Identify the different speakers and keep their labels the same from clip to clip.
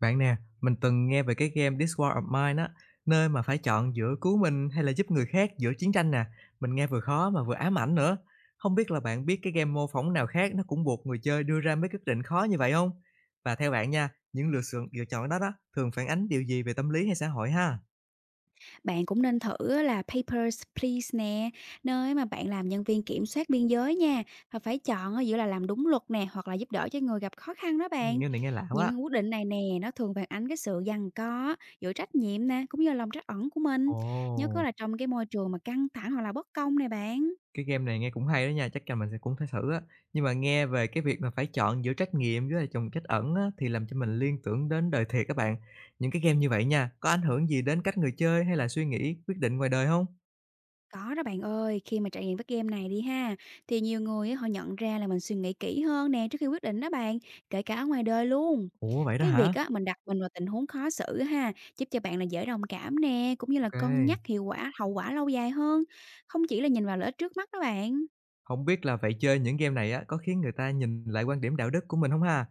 Speaker 1: Bạn nè, mình từng nghe về cái game This War of Mine á, nơi mà phải chọn giữa cứu mình hay là giúp người khác giữa chiến tranh nè. Mình nghe vừa khó mà vừa ám ảnh nữa. Không biết là bạn biết cái game mô phỏng nào khác nó cũng buộc người chơi đưa ra mấy quyết định khó như vậy không? Và theo bạn nha, những lựa chọn đó đó thường phản ánh điều gì về tâm lý hay xã hội ha?
Speaker 2: Bạn cũng nên thử là Papers, Please nè, nơi mà bạn làm nhân viên kiểm soát biên giới nha, và phải chọn ở giữa là làm đúng luật nè, hoặc là giúp đỡ cho người gặp khó khăn đó bạn.
Speaker 1: Nghe này nghe lạ quá.
Speaker 2: Những quyết định này nè, nó thường phản ánh cái sự giằng co giữa trách nhiệm nè, cũng như là lòng trách ẩn của mình.
Speaker 1: Ồ.
Speaker 2: Nhớ có là trong cái môi trường mà căng thẳng hoặc là bất công này bạn.
Speaker 1: Cái game này nghe cũng hay đó nha, chắc chắn mình sẽ cũng phải thử á. Nhưng mà nghe về cái việc mà phải chọn giữa trách nhiệm với lại chồng trách ẩn á, thì làm cho mình liên tưởng đến đời thiệt các bạn. Những cái game như vậy nha, có ảnh hưởng gì đến cách người chơi hay là suy nghĩ, quyết định ngoài đời không?
Speaker 2: Có đó bạn ơi, khi mà trải nghiệm các game này đi ha, thì nhiều người á, họ nhận ra là mình suy nghĩ kỹ hơn nè trước khi quyết định đó bạn, kể cả ở ngoài đời luôn.
Speaker 1: Ủa, vậy đó
Speaker 2: Cái việc
Speaker 1: hả?
Speaker 2: á, mình đặt mình vào tình huống khó xử ha, giúp cho bạn là dễ đồng cảm nè, cũng như là
Speaker 1: OK,
Speaker 2: cân
Speaker 1: không
Speaker 2: nhắc hiệu quả, hậu quả lâu dài hơn, không chỉ là nhìn vào lợi ích trước mắt đó bạn.
Speaker 1: biết là vậy chơi những game này á, có khiến người ta nhìn lại quan điểm đạo đức của mình không ha?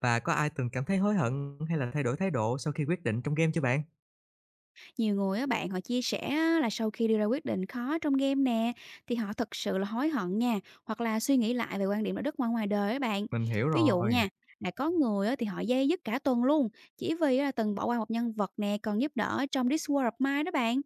Speaker 1: Và có ai từng cảm thấy hối hận hay là thay đổi thái độ sau khi quyết định trong game chưa bạn?
Speaker 2: Nhiều người á bạn họ chia sẻ á, là sau khi đưa ra quyết định khó trong game nè thì họ thật sự là hối hận nha, hoặc là suy nghĩ lại về quan điểm đạo đức ngoài ngoài đời á bạn.
Speaker 1: Mình hiểu
Speaker 2: Ví dụ
Speaker 1: rồi.
Speaker 2: nha, là có người á, thì họ dây dứt cả tuần luôn, chỉ vì á, là từng bỏ qua một nhân vật nè còn giúp đỡ trong This War of Mine đó bạn.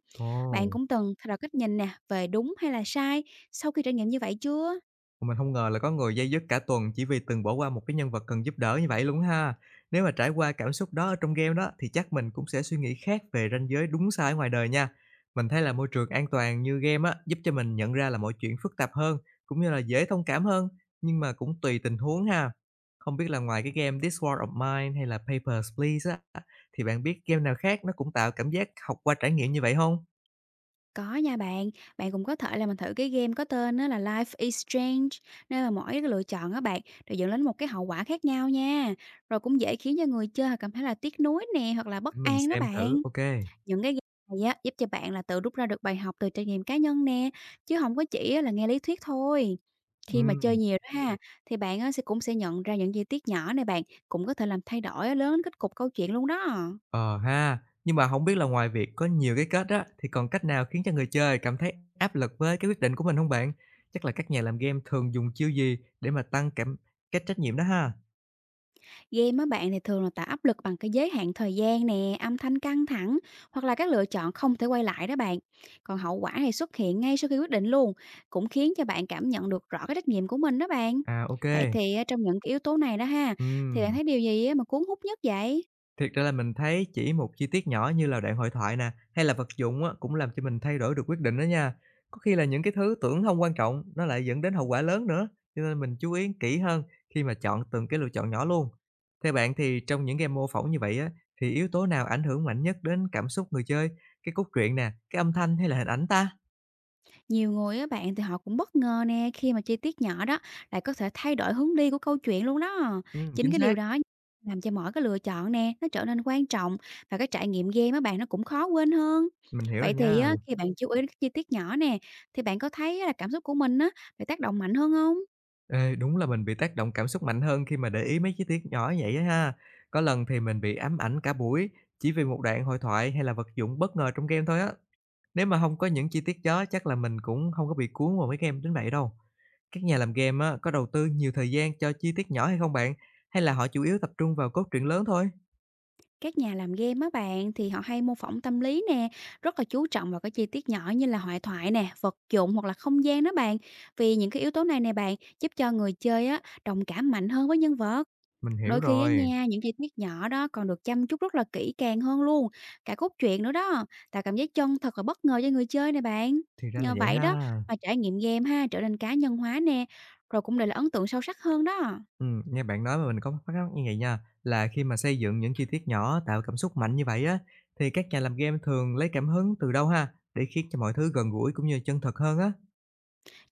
Speaker 2: Bạn
Speaker 1: Ồ.
Speaker 2: cũng từng thay đổi cách nhìn nè về đúng hay là sai sau khi trải nghiệm như vậy chưa?
Speaker 1: Mình không ngờ là có người day dứt cả tuần chỉ vì từng bỏ qua một cái nhân vật cần giúp đỡ như vậy luôn ha. Nếu mà trải qua cảm xúc đó ở trong game đó, thì chắc mình cũng sẽ suy nghĩ khác về ranh giới đúng sai ở ngoài đời nha. Mình thấy là môi trường an toàn như game á, giúp cho mình nhận ra là mọi chuyện phức tạp hơn, cũng như là dễ thông cảm hơn, nhưng mà cũng tùy tình huống ha. Không biết là ngoài cái game This War of Mine hay là Papers, Please á, thì bạn biết game nào khác nó cũng tạo cảm giác học qua trải nghiệm như vậy không?
Speaker 2: Có nha bạn, bạn cũng có thể là mình thử cái game có tên á là Life is Strange, nơi mà mỗi cái lựa chọn á bạn đều dẫn đến một cái hậu quả khác nhau nha. Rồi cũng dễ khiến cho người chơi cảm thấy là tiếc nuối nè hoặc là
Speaker 1: Để
Speaker 2: bất
Speaker 1: mình
Speaker 2: an đó
Speaker 1: xem thử,
Speaker 2: bạn.
Speaker 1: OK kê.
Speaker 2: Những cái game này á giúp cho bạn là tự rút ra được bài học từ trải nghiệm cá nhân nè, chứ không có chỉ á là nghe lý thuyết thôi. Khi mà chơi
Speaker 1: Ừm.
Speaker 2: nhiều đó ha, thì bạn á sẽ cũng sẽ nhận ra những chi tiết nhỏ này bạn cũng có thể làm thay đổi á, lớn kết cục câu chuyện luôn đó.
Speaker 1: Ờ ha, nhưng mà không biết là ngoài việc có nhiều cái kết á, thì còn cách nào khiến cho người chơi cảm thấy áp lực với cái quyết định của mình không bạn? Chắc là các nhà làm game thường dùng chiêu gì để mà tăng cảm cái trách nhiệm đó ha?
Speaker 2: Game á bạn thì thường là tạo áp lực bằng cái giới hạn thời gian nè, âm thanh căng thẳng, hoặc là các lựa chọn không thể quay lại đó bạn. Còn hậu quả thì xuất hiện ngay sau khi quyết định luôn, cũng khiến cho bạn cảm nhận được rõ cái trách nhiệm của mình đó bạn.
Speaker 1: À, OK kê.
Speaker 2: Vậy thì á, trong những cái yếu tố này đó ha, thì bạn thấy điều gì á mà cuốn hút nhất vậy?
Speaker 1: Thiệt ra là mình thấy chỉ một chi tiết nhỏ như là đoạn hội thoại nè, hay là vật dụng á, cũng làm cho mình thay đổi được quyết định đó nha. Có khi là những cái thứ tưởng không quan trọng, nó lại dẫn đến hậu quả lớn nữa, cho nên mình chú ý kỹ hơn khi mà chọn từng cái lựa chọn nhỏ luôn. Theo bạn thì trong những game mô phỏng như vậy á, thì yếu tố nào ảnh hưởng mạnh nhất đến cảm xúc người chơi, cái cốt truyện nè, cái âm thanh hay là hình ảnh ta?
Speaker 2: Nhiều người á bạn thì họ cũng bất ngờ nè khi mà chi tiết nhỏ đó lại có thể thay đổi hướng đi của câu chuyện luôn đó. Chính
Speaker 1: Chính
Speaker 2: cái điều
Speaker 1: xác,
Speaker 2: đó làm cho mỗi cái lựa chọn nè nó trở nên quan trọng, và cái trải nghiệm game á bạn nó cũng khó quên hơn.
Speaker 1: mình hiểu rồi
Speaker 2: Vậy thì
Speaker 1: nha.
Speaker 2: á, khi bạn chú ý đến các chi tiết nhỏ nè, thì bạn có thấy là cảm xúc của mình á bị tác động mạnh hơn không?
Speaker 1: Ê, đúng là mình bị tác động cảm xúc mạnh hơn khi mà để ý mấy chi tiết nhỏ vậy á ha. Có lần thì mình bị ám ảnh cả buổi chỉ vì một đoạn hội thoại hay là vật dụng bất ngờ trong game thôi á. Nếu mà không có những chi tiết đó chắc là mình cũng không có bị cuốn vào mấy game đến vậy đâu. Các nhà làm game á, có đầu tư nhiều thời gian cho chi tiết nhỏ hay không bạn? Hay là họ chủ yếu tập trung vào cốt truyện lớn thôi?
Speaker 2: Các nhà làm game á bạn thì họ hay mô phỏng tâm lý nè, rất là chú trọng vào cái chi tiết nhỏ như là hoại thoại nè, vật dụng hoặc là không gian đó bạn. Vì những cái yếu tố này nè bạn giúp cho người chơi á đồng cảm mạnh hơn với nhân vật.
Speaker 1: Mình hiểu
Speaker 2: Đôi khi á
Speaker 1: rồi,
Speaker 2: nha, những chi tiết nhỏ đó còn được chăm chút rất là kỹ càng hơn luôn, cả cốt truyện nữa đó, tạo cảm giác chân thật và bất ngờ cho người chơi nè bạn.
Speaker 1: thì ra là
Speaker 2: Nhờ
Speaker 1: vậy
Speaker 2: vậy
Speaker 1: ha.
Speaker 2: đó mà trải nghiệm game ha trở nên cá nhân hóa nè, rồi cũng để là ấn tượng sâu sắc hơn đó.
Speaker 1: Nghe bạn nói mà mình có phát giác như vậy nha, là khi mà xây dựng những chi tiết nhỏ tạo cảm xúc mạnh như vậy á, thì các nhà làm game thường lấy cảm hứng từ đâu ha, để khiến cho mọi thứ gần gũi cũng như chân thật hơn á?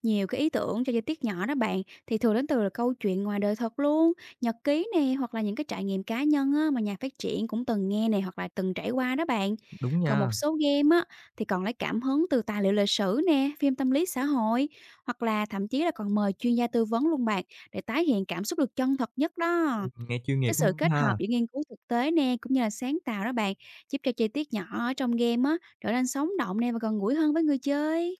Speaker 2: Nhiều cái ý tưởng cho chi tiết nhỏ đó bạn thì thường đến từ là câu chuyện ngoài đời thật luôn, nhật ký nè, hoặc là những cái trải nghiệm cá nhân á, mà nhà phát triển cũng từng nghe nè, hoặc là từng trải qua đó bạn.
Speaker 1: Đúng
Speaker 2: Còn
Speaker 1: nha,
Speaker 2: một số game á thì còn lấy cảm hứng từ tài liệu lịch sử nè, phim tâm lý xã hội, hoặc là thậm chí là còn mời chuyên gia tư vấn luôn bạn, để tái hiện cảm xúc được chân thật nhất đó.
Speaker 1: nghe chuyên nghiệp
Speaker 2: Cái
Speaker 1: quá
Speaker 2: sự kết hợp
Speaker 1: ha.
Speaker 2: giữa nghiên cứu thực tế nè, cũng như là sáng tạo đó bạn, giúp cho chi tiết nhỏ ở trong game á trở nên sống động nè và gần gũi hơn với người chơi.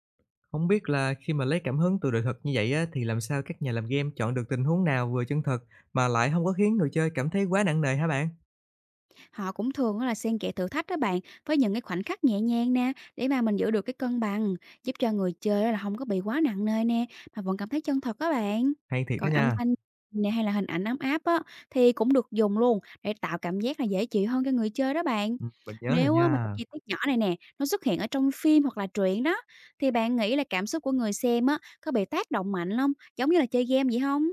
Speaker 1: Không biết là khi mà lấy cảm hứng từ đời thực như vậy á, thì làm sao các nhà làm game chọn được tình huống nào vừa chân thật mà lại không có khiến người chơi cảm thấy quá nặng nề hả bạn?
Speaker 2: Họ cũng thường á là xen kẽ thử thách đó bạn với những cái khoảnh khắc nhẹ nhàng nè, để mà mình giữ được cái cân bằng, giúp cho người chơi á là không có bị quá nặng nề nè, mà vẫn cảm thấy chân thật á bạn.
Speaker 1: Hay thiệt đó
Speaker 2: Còn âm
Speaker 1: nha,
Speaker 2: thanh nè hay là hình ảnh ấm áp á thì cũng được dùng luôn để tạo cảm giác là dễ chịu hơn cho người chơi đó bạn.
Speaker 1: mình nhớ rồi
Speaker 2: Nếu á mà những
Speaker 1: nha.
Speaker 2: chi tiết nhỏ này nè, nó xuất hiện ở trong phim hoặc là truyện đó, thì bạn nghĩ là cảm xúc của người xem á có bị tác động mạnh không? Giống như là chơi game vậy không?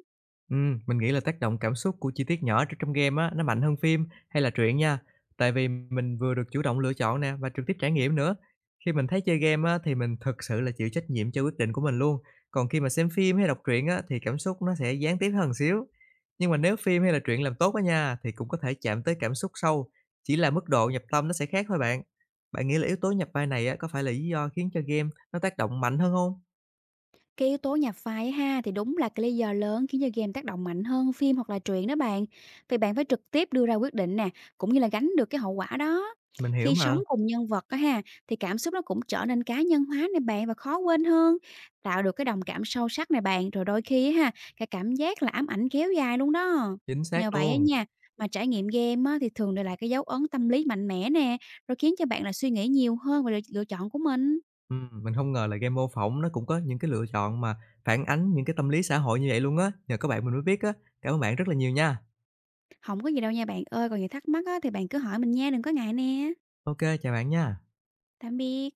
Speaker 1: Mình nghĩ là tác động cảm xúc của chi tiết nhỏ trong game á, nó mạnh hơn phim hay là truyện nha, tại vì mình vừa được chủ động lựa chọn nè và trực tiếp trải nghiệm nữa. Khi mình thấy chơi game á, thì mình thực sự là chịu trách nhiệm cho quyết định của mình luôn, còn khi mà xem phim hay đọc truyện á, thì cảm xúc nó sẽ gián tiếp hơn xíu. Nhưng mà nếu phim hay là truyện làm tốt á nha, thì cũng có thể chạm tới cảm xúc sâu, chỉ là mức độ nhập tâm nó sẽ khác thôi bạn. Bạn nghĩ là yếu tố nhập vai này á, có phải là lý do khiến cho game nó tác động mạnh hơn không?
Speaker 2: Cái yếu tố nhạc phái á ha thì đúng là cái lý do lớn khiến cho game tác động mạnh hơn phim hoặc là truyện đó bạn. Vì bạn phải trực tiếp đưa ra quyết định nè, cũng như là gánh được cái hậu quả đó.
Speaker 1: Mình hiểu
Speaker 2: Khi sống
Speaker 1: mà,
Speaker 2: cùng nhân vật á ha, thì cảm xúc nó cũng trở nên cá nhân hóa này bạn và khó quên hơn, tạo được cái đồng cảm sâu sắc này bạn, rồi đôi khi á ha, cái cảm giác là ám ảnh kéo dài luôn đó.
Speaker 1: chính xác
Speaker 2: Nhờ vậy á
Speaker 1: luôn.
Speaker 2: nha mà trải nghiệm game á, thì thường để lại cái dấu ấn tâm lý mạnh mẽ nè, rồi khiến cho bạn là suy nghĩ nhiều hơn về lựa lựa chọn của mình.
Speaker 1: Mình không ngờ là game mô phỏng nó cũng có những cái lựa chọn mà phản ánh những cái tâm lý xã hội như vậy luôn á, nhờ các bạn mình mới biết á. Cảm ơn bạn rất là nhiều nha.
Speaker 2: Không có gì đâu nha bạn ơi, còn gì thắc mắc á thì bạn cứ hỏi mình nha, đừng có ngại nè.
Speaker 1: OK, chào bạn nha.
Speaker 2: Tạm biệt.